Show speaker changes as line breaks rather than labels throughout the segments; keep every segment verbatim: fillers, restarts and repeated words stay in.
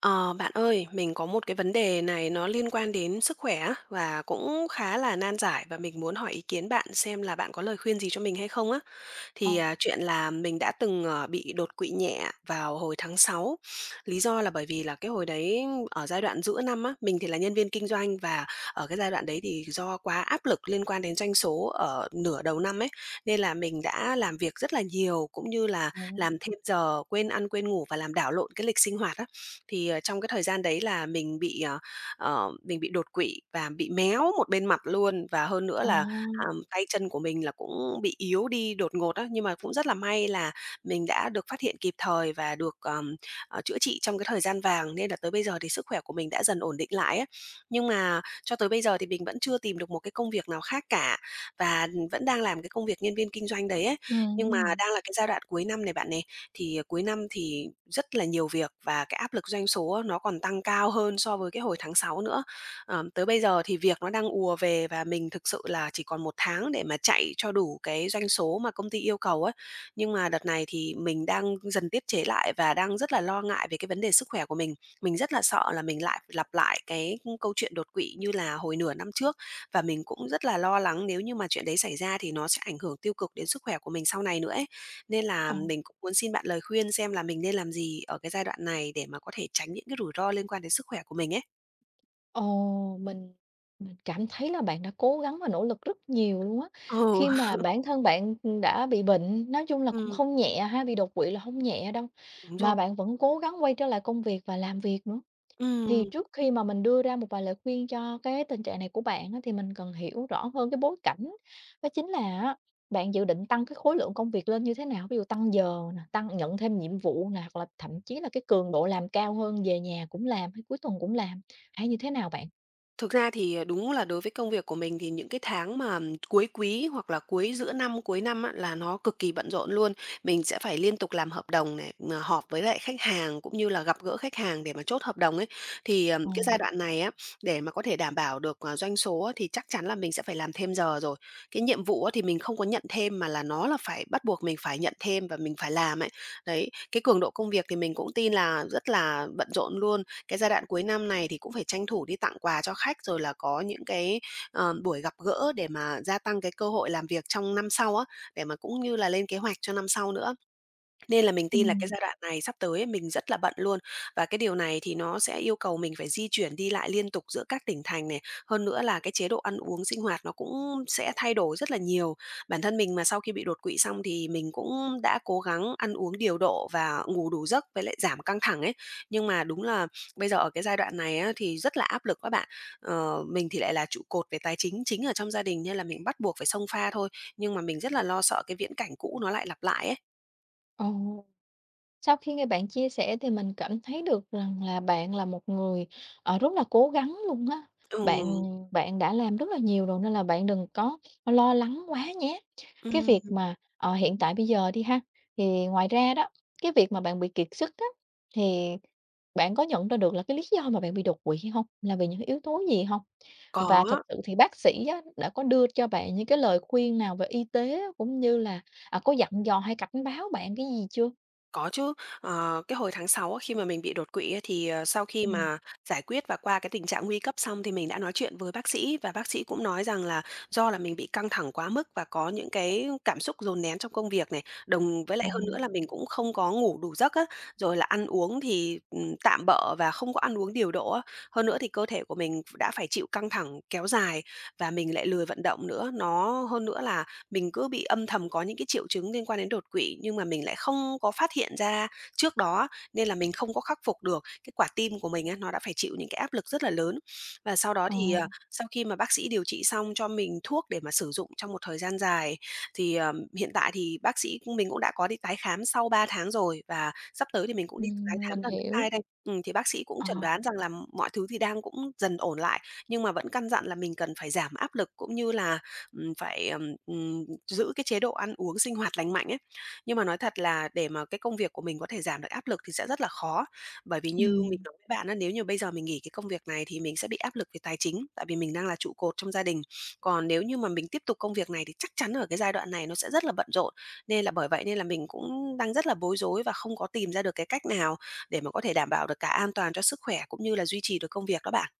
Ờ, Bạn ơi, mình có một cái vấn đề này nó liên quan đến sức khỏe á, và cũng khá là nan giải và mình muốn hỏi ý kiến bạn xem là bạn có lời khuyên gì cho mình hay không á.
Ờ,
Thì, à, chuyện là mình đã từng, ờ, bị đột quỵ nhẹ vào hồi tháng sáu. Lý do là bởi vì là cái hồi đấy ở giai đoạn giữa năm á, mình thì là nhân viên kinh doanh, và ở cái giai đoạn đấy thì do quá áp lực liên quan đến doanh số ở nửa đầu năm ấy, nên là mình đã làm việc rất là nhiều, cũng như là
ồ,
làm thêm giờ, quên ăn quên ngủ và làm đảo lộn cái lịch sinh hoạt á. Thì, ờ, trong cái thời gian đấy là mình bị, ờ, ờ, mình bị đột quỵ và bị méo một bên mặt luôn, và hơn nữa
ồ,
là à, tay chân của mình là cũng bị yếu đi đột ngột á. Nhưng mà cũng rất là may là mình đã được phát hiện kịp thời và được ờm, ờ, chữa trị trong cái thời gian vàng, nên là tới bây giờ thì sức khỏe của mình đã dần ổn định lại á. Nhưng mà cho tới bây giờ thì mình vẫn chưa tìm được một cái công việc nào khác cả, và vẫn đang làm cái công việc nhân viên kinh doanh đấy ấy. Nhưng mà
ừm,
đang là cái giai đoạn cuối năm này bạn này, thì cuối năm thì rất là nhiều việc, và cái áp lực doanh số nó còn tăng cao hơn so với cái hồi tháng sáu nữa. Ờm, tới bây giờ thì việc nó đang ùa về, và mình thực sự là chỉ còn một tháng để mà chạy cho đủ cái doanh số mà công ty yêu cầu ấy. Nhưng mà đợt này thì mình đang dần tiết chế lại và đang rất là lo ngại về cái vấn đề sức khỏe của mình. Mình rất là sợ là mình lại lặp lại cái câu chuyện đột quỵ như là hồi nửa năm trước, và mình cũng rất là lo lắng nếu như mà chuyện đấy xảy ra thì nó sẽ ảnh hưởng tiêu cực đến sức khỏe của mình sau này nữa ấy. Nên là
ờ,
mình cũng muốn xin bạn lời khuyên xem là mình nên làm gì ở cái giai đoạn này để mà có thể tránh những cái rủi ro liên quan đến sức khỏe của mình ấy.
ồ, mình mình cảm thấy là bạn đã cố gắng và nỗ lực rất nhiều luôn á.
Ừ.
Khi mà bản thân bạn, đã bị bệnh, nói chung là cũng không nhẹ ha, bị đột quỵ là không nhẹ đâu,
Đúng
mà
rồi.
bạn vẫn cố gắng quay trở lại công việc và làm việc nữa. Thì
Ừm,
trước khi mà mình đưa ra một vài lời khuyên cho cái tình trạng này của bạn á, thì mình cần hiểu rõ hơn cái bối cảnh. Đó chính là á, bạn dự định tăng cái khối lượng công việc lên như thế nào? Ví dụ tăng giờ nè, tăng nhận thêm nhiệm vụ nè, hoặc là thậm chí là cái cường độ làm cao hơn, về nhà cũng làm hay cuối tuần cũng làm, hay như thế nào bạn?
Thực ra thì, à, đúng là đối với công việc của mình thì những cái tháng mà cuối quý hoặc là cuối giữa năm, cuối năm á, là nó cực kỳ bận rộn luôn. Mình sẽ phải liên tục làm hợp đồng này, mà họp với lại khách hàng cũng như là gặp gỡ khách hàng để mà chốt hợp đồng ấy. Thì, ờm,
Ồ,
cái giai đoạn này á, để mà có thể đảm bảo được ờ, doanh số á, thì chắc chắn là mình sẽ phải làm thêm giờ rồi. Cái nhiệm vụ á, thì mình không có nhận thêm, mà là nó là phải bắt buộc mình phải nhận thêm và mình phải làm ấy. Đấy, cái cường độ công việc thì mình cũng tin là rất là bận rộn luôn. Cái giai đoạn cuối năm này thì cũng phải tranh thủ đi tặng quà cho khách, rồi là có những cái ờ, buổi gặp gỡ để mà gia tăng cái cơ hội làm việc trong năm sau á, để mà cũng như là lên kế hoạch cho năm sau nữa. Nên là mình tin là cái
ừm.
giai đoạn này sắp tới ấy, mình rất là bận luôn, và cái điều này thì nó sẽ yêu cầu mình phải di chuyển đi lại liên tục giữa các tỉnh thành này, hơn nữa là cái chế độ ăn uống, sinh hoạt nó cũng sẽ thay đổi rất là nhiều. Bản thân mình mà sau khi bị đột quỵ xong thì mình cũng đã cố gắng ăn uống điều độ và ngủ đủ giấc với lại giảm căng thẳng ấy, nhưng mà đúng là bây giờ ở cái giai đoạn này á, thì rất là áp lực các bạn. Ờ, mình thì lại là trụ cột về tài chính chính ở trong gia đình, nên là mình bắt buộc phải xông pha thôi, nhưng mà mình rất là lo sợ cái viễn cảnh cũ nó lại lặp lại ấy.
Ồ. Sau khi nghe bạn chia sẻ thì mình cảm thấy được rằng là bạn là một người, ờ, rất là cố gắng luôn á. Bạn
Ừm.
bạn đã làm rất là nhiều rồi nên là bạn đừng có lo lắng quá nhé. Cái
Ừm,
việc mà, ờ, hiện tại bây giờ đi ha, thì ngoài ra đó, cái việc mà bạn bị kiệt sức á, thì bạn có nhận ra được là cái lý do mà bạn bị đột quỵ hay hông? Là vì những yếu tố gì không? Và thật
có,
sự thì bác sĩ á, đã có đưa cho bạn những cái lời khuyên nào về y tế cũng như là, à, có dặn dò hay cảnh báo bạn cái gì chưa?
có chứ. Ờ, cái hồi tháng sáu á, khi mà mình bị đột quỵ á, thì ờ, sau khi
Ừm,
mà giải quyết và qua cái tình trạng nguy cấp xong thì mình đã nói chuyện với bác sĩ, và bác sĩ cũng nói rằng là do là mình bị căng thẳng quá mức và có những cái cảm xúc dồn nén trong công việc này, đồng với
ờ.
lại hơn nữa là mình cũng không có ngủ đủ giấc á, rồi là ăn uống thì ừm, tạm bợ và không có ăn uống điều độ á. Hơn nữa thì cơ thể của mình đã phải chịu căng thẳng kéo dài và mình lại lười vận động nữa. Nó hơn nữa là Mình cứ bị âm thầm có những cái triệu chứng liên quan đến đột quỵ, nhưng mà mình lại không có phát hiện ra trước đó nên là mình không có khắc phục được. Cái quả tim của mình á, nó đã phải chịu những cái áp lực rất là lớn. Và sau đó
Ờ,
thì ờ, sau khi mà bác sĩ điều trị xong cho mình thuốc để mà sử dụng trong một thời gian dài, thì ờm, hiện tại thì bác sĩ cũng- mình cũng đã có đi tái khám sau ba tháng rồi, và sắp tới thì mình cũng đi tái
ừm,
khám
mình
lần thứ hai
hiểu.
đây. Ừm, thì bác sĩ cũng
Ờ,
chẩn đoán rằng là mọi thứ thì đang cũng dần ổn lại, nhưng mà vẫn căn dặn là mình cần phải giảm áp lực, cũng như là ừm, phải ừm, ừm, giữ cái chế độ ăn uống sinh hoạt lành mạnh ấy. Nhưng mà nói thật là để mà cái công việc của mình có thể giảm được áp lực thì sẽ rất là khó, bởi vì như mình
ừm.
nói với bạn á, nếu như bây giờ mình nghỉ cái công việc này thì mình sẽ bị áp lực về tài chính, tại vì mình đang là trụ cột trong gia đình. Còn nếu như mà mình tiếp tục công việc này thì chắc chắn ở cái giai đoạn này nó sẽ rất là bận rộn, nên là bởi vậy nên là mình cũng đang rất là bối rối và không có tìm ra được cái cách nào để mà có thể đảm bảo được cả an toàn cho sức khỏe, cũng như là duy trì được công việc đó bạn.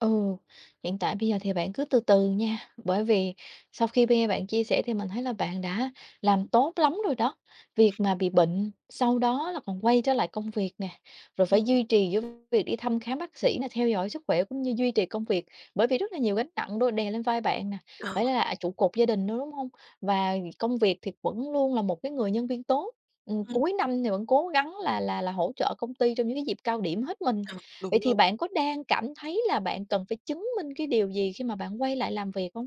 Ừ, hiện tại bây giờ thì bạn cứ từ từ nha, bởi vì sau khi nghe bạn chia sẻ thì mình thấy là bạn đã làm tốt lắm rồi đó. Việc mà bị bệnh, sau đó là còn quay trở lại công việc nè, rồi
Ừm,
phải duy trì với việc đi thăm khám bác sĩ nè, theo dõi sức khỏe cũng như duy trì công việc, bởi vì rất là nhiều gánh nặng đôi đè lên vai bạn nè,
ờ,
phải là trụ cột gia đình nữa đúng không? Và công việc thì vẫn luôn là một cái người nhân viên tốt. Ừ,
ừm,
cuối năm thì vẫn cố gắng là là là hỗ trợ công ty trong những cái dịp cao điểm hết mình.
ờ,
Vậy
đúng
thì
rồi.
bạn có đang cảm thấy là bạn cần phải chứng minh cái điều gì khi mà bạn quay lại làm việc không?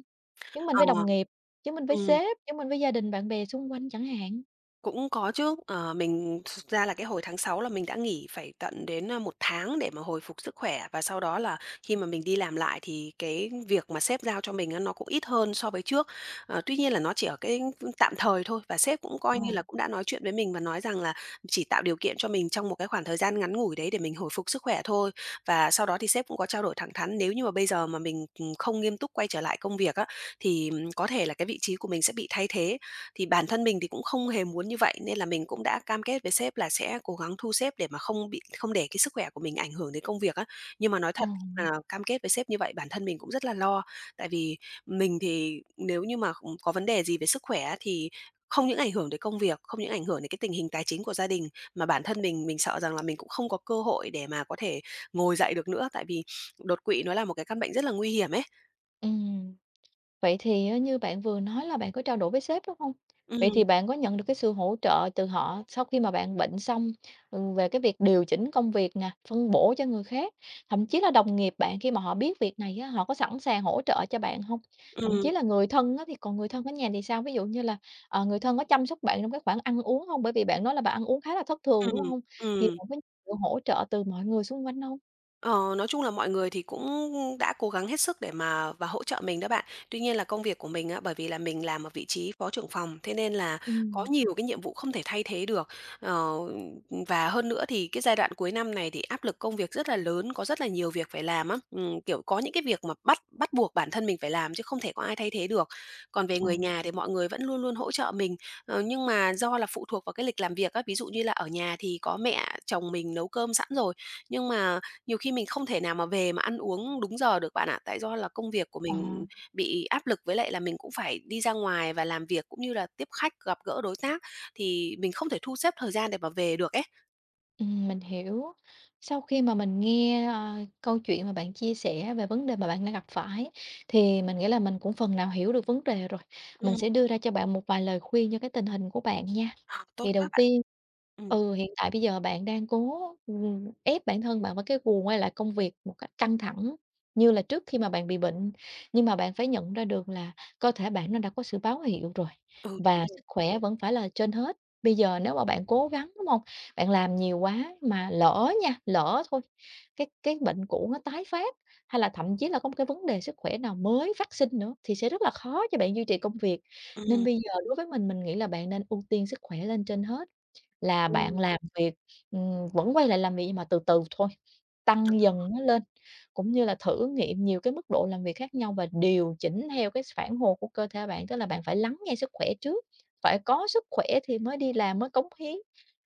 Chứng minh
Ờ,
với đồng nghiệp, chứng minh với
ừm.
sếp, chứng minh với gia đình, bạn bè xung quanh chẳng hạn?
Cũng có chứ. ờ, mình thực ra là cái hồi tháng sáu là mình đã nghỉ phải tận đến a, 1 tháng để mà hồi phục sức khỏe, và sau đó là khi mà mình đi làm lại thì cái việc mà sếp giao cho mình á, nó cũng ít hơn so với trước. Ờ, tuy nhiên là nó chỉ ở cái tạm thời thôi, và sếp cũng
Ờ,
coi như là cũng đã nói chuyện với mình và nói rằng là chỉ tạo điều kiện cho mình trong một cái khoảng thời gian ngắn ngủi đấy để mình hồi phục sức khỏe thôi. Và sau đó thì sếp cũng có trao đổi thẳng thắn, nếu như mà bây giờ mà mình ừ, không nghiêm túc quay trở lại công việc á, thì ừ, có thể là cái vị trí của mình sẽ bị thay thế. Thì bản thân mình thì cũng không hề muốn như vậy, nên là mình cũng đã cam kết với sếp là sẽ cố gắng thu xếp để mà không bị, không để cái sức khỏe của mình ảnh hưởng đến công việc á. Nhưng mà nói thật, khi mà
ừm.
cam kết với sếp như vậy bản thân mình cũng rất là lo, tại vì mình thì nếu như mà ừm, có vấn đề gì về sức khỏe á thì không những ảnh hưởng đến công việc, không những ảnh hưởng đến cái tình hình tài chính của gia đình, mà bản thân mình mình sợ rằng là mình cũng không có cơ hội để mà có thể ngồi dậy được nữa, tại vì đột quỵ nó là một cái căn bệnh rất là nguy hiểm ấy.
Ừm. Vậy thì á, như bạn vừa nói là bạn có trao đổi với sếp, đúng không? Vậy thì
Ừ.
bạn có nhận được cái sự hỗ trợ từ họ sau khi mà bạn bệnh xong, ừ, về cái việc điều chỉnh công việc nè, phân bổ cho người khác, thậm chí là đồng nghiệp bạn khi mà họ biết việc này á, họ có sẵn sàng hỗ trợ cho bạn không? Thậm
Ừ.
chí là người thân á, thì còn người thân ở nhà thì sao? Ví dụ như là, ờ, người thân có chăm sóc bạn trong cái khoản ăn uống không? Bởi vì bạn nói là bạn ăn uống khá là thất thường,
Ừ.
đúng không? Thì
Ừm.
bạn có sự hỗ trợ từ mọi người xung quanh không?
Ờ, nói chung là mọi người thì cũng đã cố gắng hết sức để mà và hỗ trợ mình đó bạn. Tuy nhiên là công việc của mình á, bởi vì là mình làm ở vị trí phó trưởng phòng, thế nên là có
Ừm,
nhiều cái nhiệm vụ không thể thay thế được. Ờ, và hơn nữa thì cái giai đoạn cuối năm này thì áp lực công việc rất là lớn, có rất là nhiều việc phải làm á. Ừ, kiểu có những cái việc mà bắt bắt buộc bản thân mình phải làm chứ không thể có ai thay thế được. Còn về
ờ,
người nhà thì mọi người vẫn luôn luôn hỗ trợ mình. Ờ, nhưng mà do là phụ thuộc vào cái lịch làm việc á, ví dụ như là ở nhà thì có mẹ chồng mình nấu cơm sẵn rồi, nhưng mà nhiều khi mình không thể nào mà về mà ăn uống đúng giờ được bạn ạ, tại do là công việc của
ờ.
mình bị áp lực, với lại là mình cũng phải đi ra ngoài và làm việc cũng như là tiếp khách, gặp gỡ đối tác, thì mình không thể thu xếp thời gian để mà về được ấy.
Ừm, mình hiểu. Sau khi mà mình nghe, ờ, câu chuyện mà bạn chia sẻ về vấn đề mà bạn đang gặp phải, thì mình nghĩ là mình cũng phần nào hiểu được vấn đề rồi. Mình
Ừm,
sẽ đưa ra cho bạn một vài lời khuyên cho cái tình hình của bạn nha.
à, tốt
Thì đầu
quá bạn.
tiên
Ừm,
ừ, hiện tại bây giờ bạn đang cố, ừm, ép bản thân bạn vào cái guồng quay lại công việc một cách căng thẳng như là trước khi mà bạn bị bệnh, nhưng mà bạn phải nhận ra được là cơ thể bạn nó đã có sự báo hiệu rồi
ừ, đúng
và
rồi.
sức khỏe vẫn phải là trên hết. Bây giờ nếu mà bạn cố gắng, đúng không? Bạn làm nhiều quá mà lỡ nha, lỡ thôi, cái cái bệnh cũ nó tái phát, hay là thậm chí là có một cái vấn đề sức khỏe nào mới phát sinh nữa thì sẽ rất là khó cho bạn duy trì công việc. Nên
Ừm,
bây giờ đối với mình, mình nghĩ là bạn nên ưu tiên sức khỏe lên trên hết, là
ừm,
bạn làm việc, ừm, vẫn quay lại làm việc nhưng mà từ từ thôi, tăng dần nó lên. Cũng như là thử nghiệm nhiều cái mức độ làm việc khác nhau và điều chỉnh theo cái phản hồi của cơ thể bạn, tức là bạn phải lắng nghe sức khỏe trước, phải có sức khỏe thì mới đi làm, mới cống hiến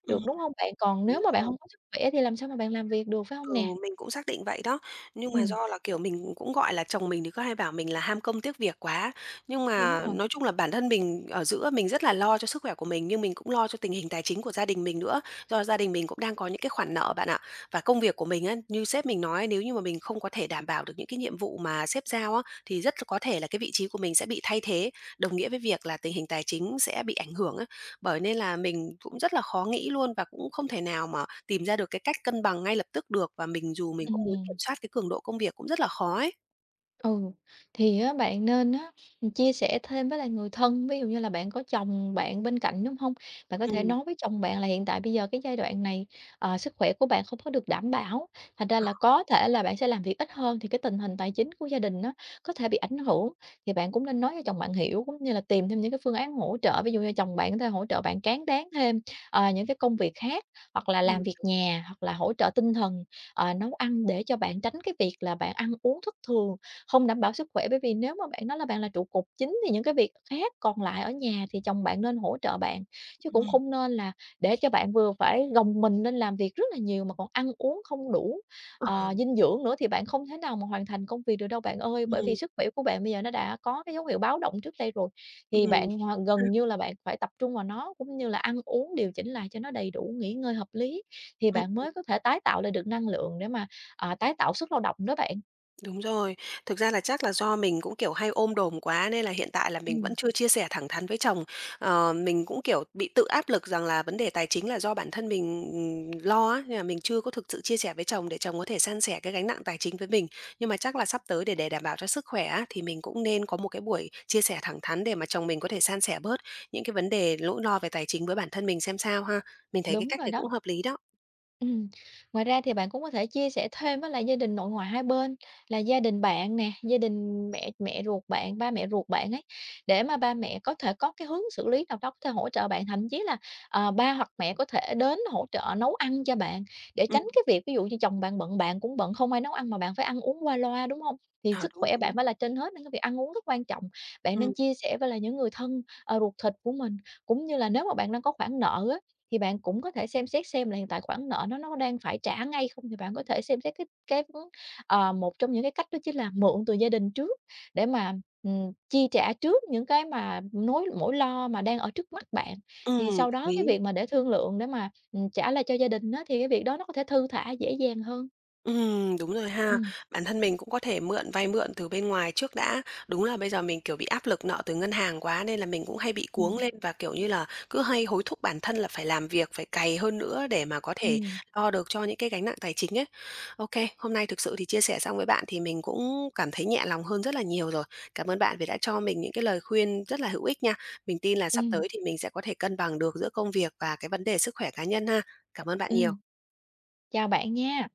ừm,
được, đúng không bạn? Còn
đúng
nếu mà bạn
rồi.
không có sức khỏe thì làm sao mà bạn làm việc được, phải không
Ừ,
nè?
mình cũng xác định vậy đó. Nhưng mà
Ừm,
do là, kiểu, mình cũng, gọi là, chồng mình thì cứ hay bảo mình là ham công tiếc việc quá. Nhưng
đúng
mà
rồi,
nói chung là bản thân mình ở giữa mình rất là lo cho sức khỏe của mình, nhưng mình cũng lo cho tình hình tài chính của gia đình mình nữa. Do gia đình mình cũng đang có những cái khoản nợ bạn ạ. Và công việc của mình á, như sếp mình nói nếu như mà mình không có thể đảm bảo được những cái nhiệm vụ mà sếp giao á, thì rất có thể là cái vị trí của mình sẽ bị thay thế, đồng nghĩa với việc là tình hình tài chính sẽ bị ảnh hưởng á. Bởi nên là mình cũng rất là khó nghĩ luôn và cũng không thể nào mà tìm ra được cái cách cân bằng ngay lập tức được và mình dù mình cũng muốn kiểm
ừm.
soát cái cường độ công việc cũng rất là khó ấy.
Ừ, thì á, bạn nên á, chia sẻ thêm với lại người thân, ví dụ như là bạn có chồng bạn bên cạnh, đúng không? Bạn có thể
Ừm.
nói với chồng bạn là hiện tại bây giờ cái giai đoạn này, ờ, sức khỏe của bạn không có được đảm bảo, thành ra
Đó.
là có thể là bạn sẽ làm việc ít hơn thì cái tình hình tài chính của gia đình nó có thể bị ảnh hưởng. Thì bạn cũng nên nói cho chồng bạn hiểu, cũng như là tìm thêm những cái phương án hỗ trợ, ví dụ như chồng bạn có thể hỗ trợ bạn cán đáng thêm, ờ, những cái công việc khác, hoặc là làm
Ừm,
việc nhà, hoặc là hỗ trợ tinh thần, ờ, nấu ăn để cho bạn tránh cái việc là bạn ăn uống thất thường. Không đảm bảo sức khỏe, bởi vì nếu mà bạn nói là bạn là trụ cột chính thì những cái việc khác còn lại ở nhà thì chồng bạn nên hỗ trợ bạn, chứ cũng
ừm.
không nên là để cho bạn vừa phải gồng mình lên làm việc rất là nhiều mà còn ăn uống không đủ,
Ờ,
ờ, dinh dưỡng nữa thì bạn không thể nào mà hoàn thành công việc được đâu bạn ơi. Bởi vì
ừm,
sức khỏe của bạn bây giờ nó đã có cái dấu hiệu báo động trước đây rồi, thì
ừm,
bạn h
ha.
gần như là bạn phải tập trung vào nó, cũng như là ăn uống điều chỉnh lại cho nó đầy đủ, nghỉ ngơi hợp lý thì bạn mới có thể tái tạo lại được năng lượng để mà, à, tái tạo sức lao động đó bạn.
Đúng rồi. Thực ra là chắc là do mình cũng, kiểu, hay ôm đồm quá nên là hiện tại là mình
Ừm,
vẫn chưa chia sẻ thẳng thắn với chồng. Ờ, mình cũng, kiểu, bị tự áp lực rằng là vấn đề tài chính là do bản thân mình, ừm, lo á, nên là mình chưa có thực sự chia sẻ với chồng để chồng có thể san sẻ cái gánh nặng tài chính với mình. Nhưng mà chắc là sắp tới để để đảm bảo cho sức khỏe á, thì mình cũng nên có một cái buổi chia sẻ thẳng thắn để mà chồng mình có thể san sẻ bớt những cái vấn đề nỗi lo về tài chính với bản thân mình xem sao ha. Mình thấy cái
đúng
cách
rồi
này
đó.
cũng hợp lý đó.
Ừm, ngoài ra thì bạn cũng có thể chia sẻ thêm với lại gia đình nội ngoại hai bên là gia đình bạn nè, gia đình mẹ mẹ ruột bạn, ba mẹ ruột bạn ấy, để mà ba mẹ có thể có cái hướng xử lý nào đó có thể hỗ trợ bạn. Thậm chí là, ờ, ba hoặc mẹ có thể đến hỗ trợ nấu ăn cho bạn để
Ừm,
tránh cái việc ví dụ như chồng bạn bận, bạn cũng bận, không ai nấu ăn mà bạn phải ăn uống qua loa, đúng không? Thì
ờ,
sức
đúng,
khỏe bạn
đúng.
phải là trên hết nên cái việc ăn uống rất quan trọng. Bạn nên
Ừm,
chia sẻ với lại những người thân, ờ, ruột thịt của mình, cũng như là nếu mà bạn đang có khoản nợ á thì bạn cũng có thể xem xét xem là hiện tại khoản nợ nó nó đang phải trả ngay không, thì bạn có thể xem xét cái cái, ưm, ờ, một trong những cái cách đó chính là mượn từ gia đình trước để mà, ừm, chi trả trước những cái mà nối nỗi lo mà đang ở trước mắt bạn. Thì
ừm,
sau
đồng
đó
ý.
cái việc mà để thương lượng để mà, ừm, trả lại cho gia đình á, thì cái việc đó nó có thể thư thả dễ dàng hơn.
Ừm, đúng rồi ha.
Ừm.
Bản thân mình cũng có thể mượn vay mượn từ bên ngoài trước đã. Đúng là bây giờ mình, kiểu, bị áp lực nợ từ ngân hàng quá nên là mình cũng hay bị cuống
Ừm.
lên và, kiểu như là, cứ hay hối thúc bản thân là phải làm việc, phải cày hơn nữa để mà có thể
Ừm,
lo được cho những cái gánh nặng tài chính ấy. OK, hôm nay thực sự thì chia sẻ xong với bạn thì mình cũng cảm thấy nhẹ lòng hơn rất là nhiều rồi. Cảm ơn bạn vì đã cho mình những cái lời khuyên rất là hữu ích nha. Mình tin là sắp
ừm,
tới thì mình sẽ có thể cân bằng được giữa công việc và cái vấn đề sức khỏe cá nhân ha. Cảm ơn bạn
ừm.
nhiều.
Chào bạn nha.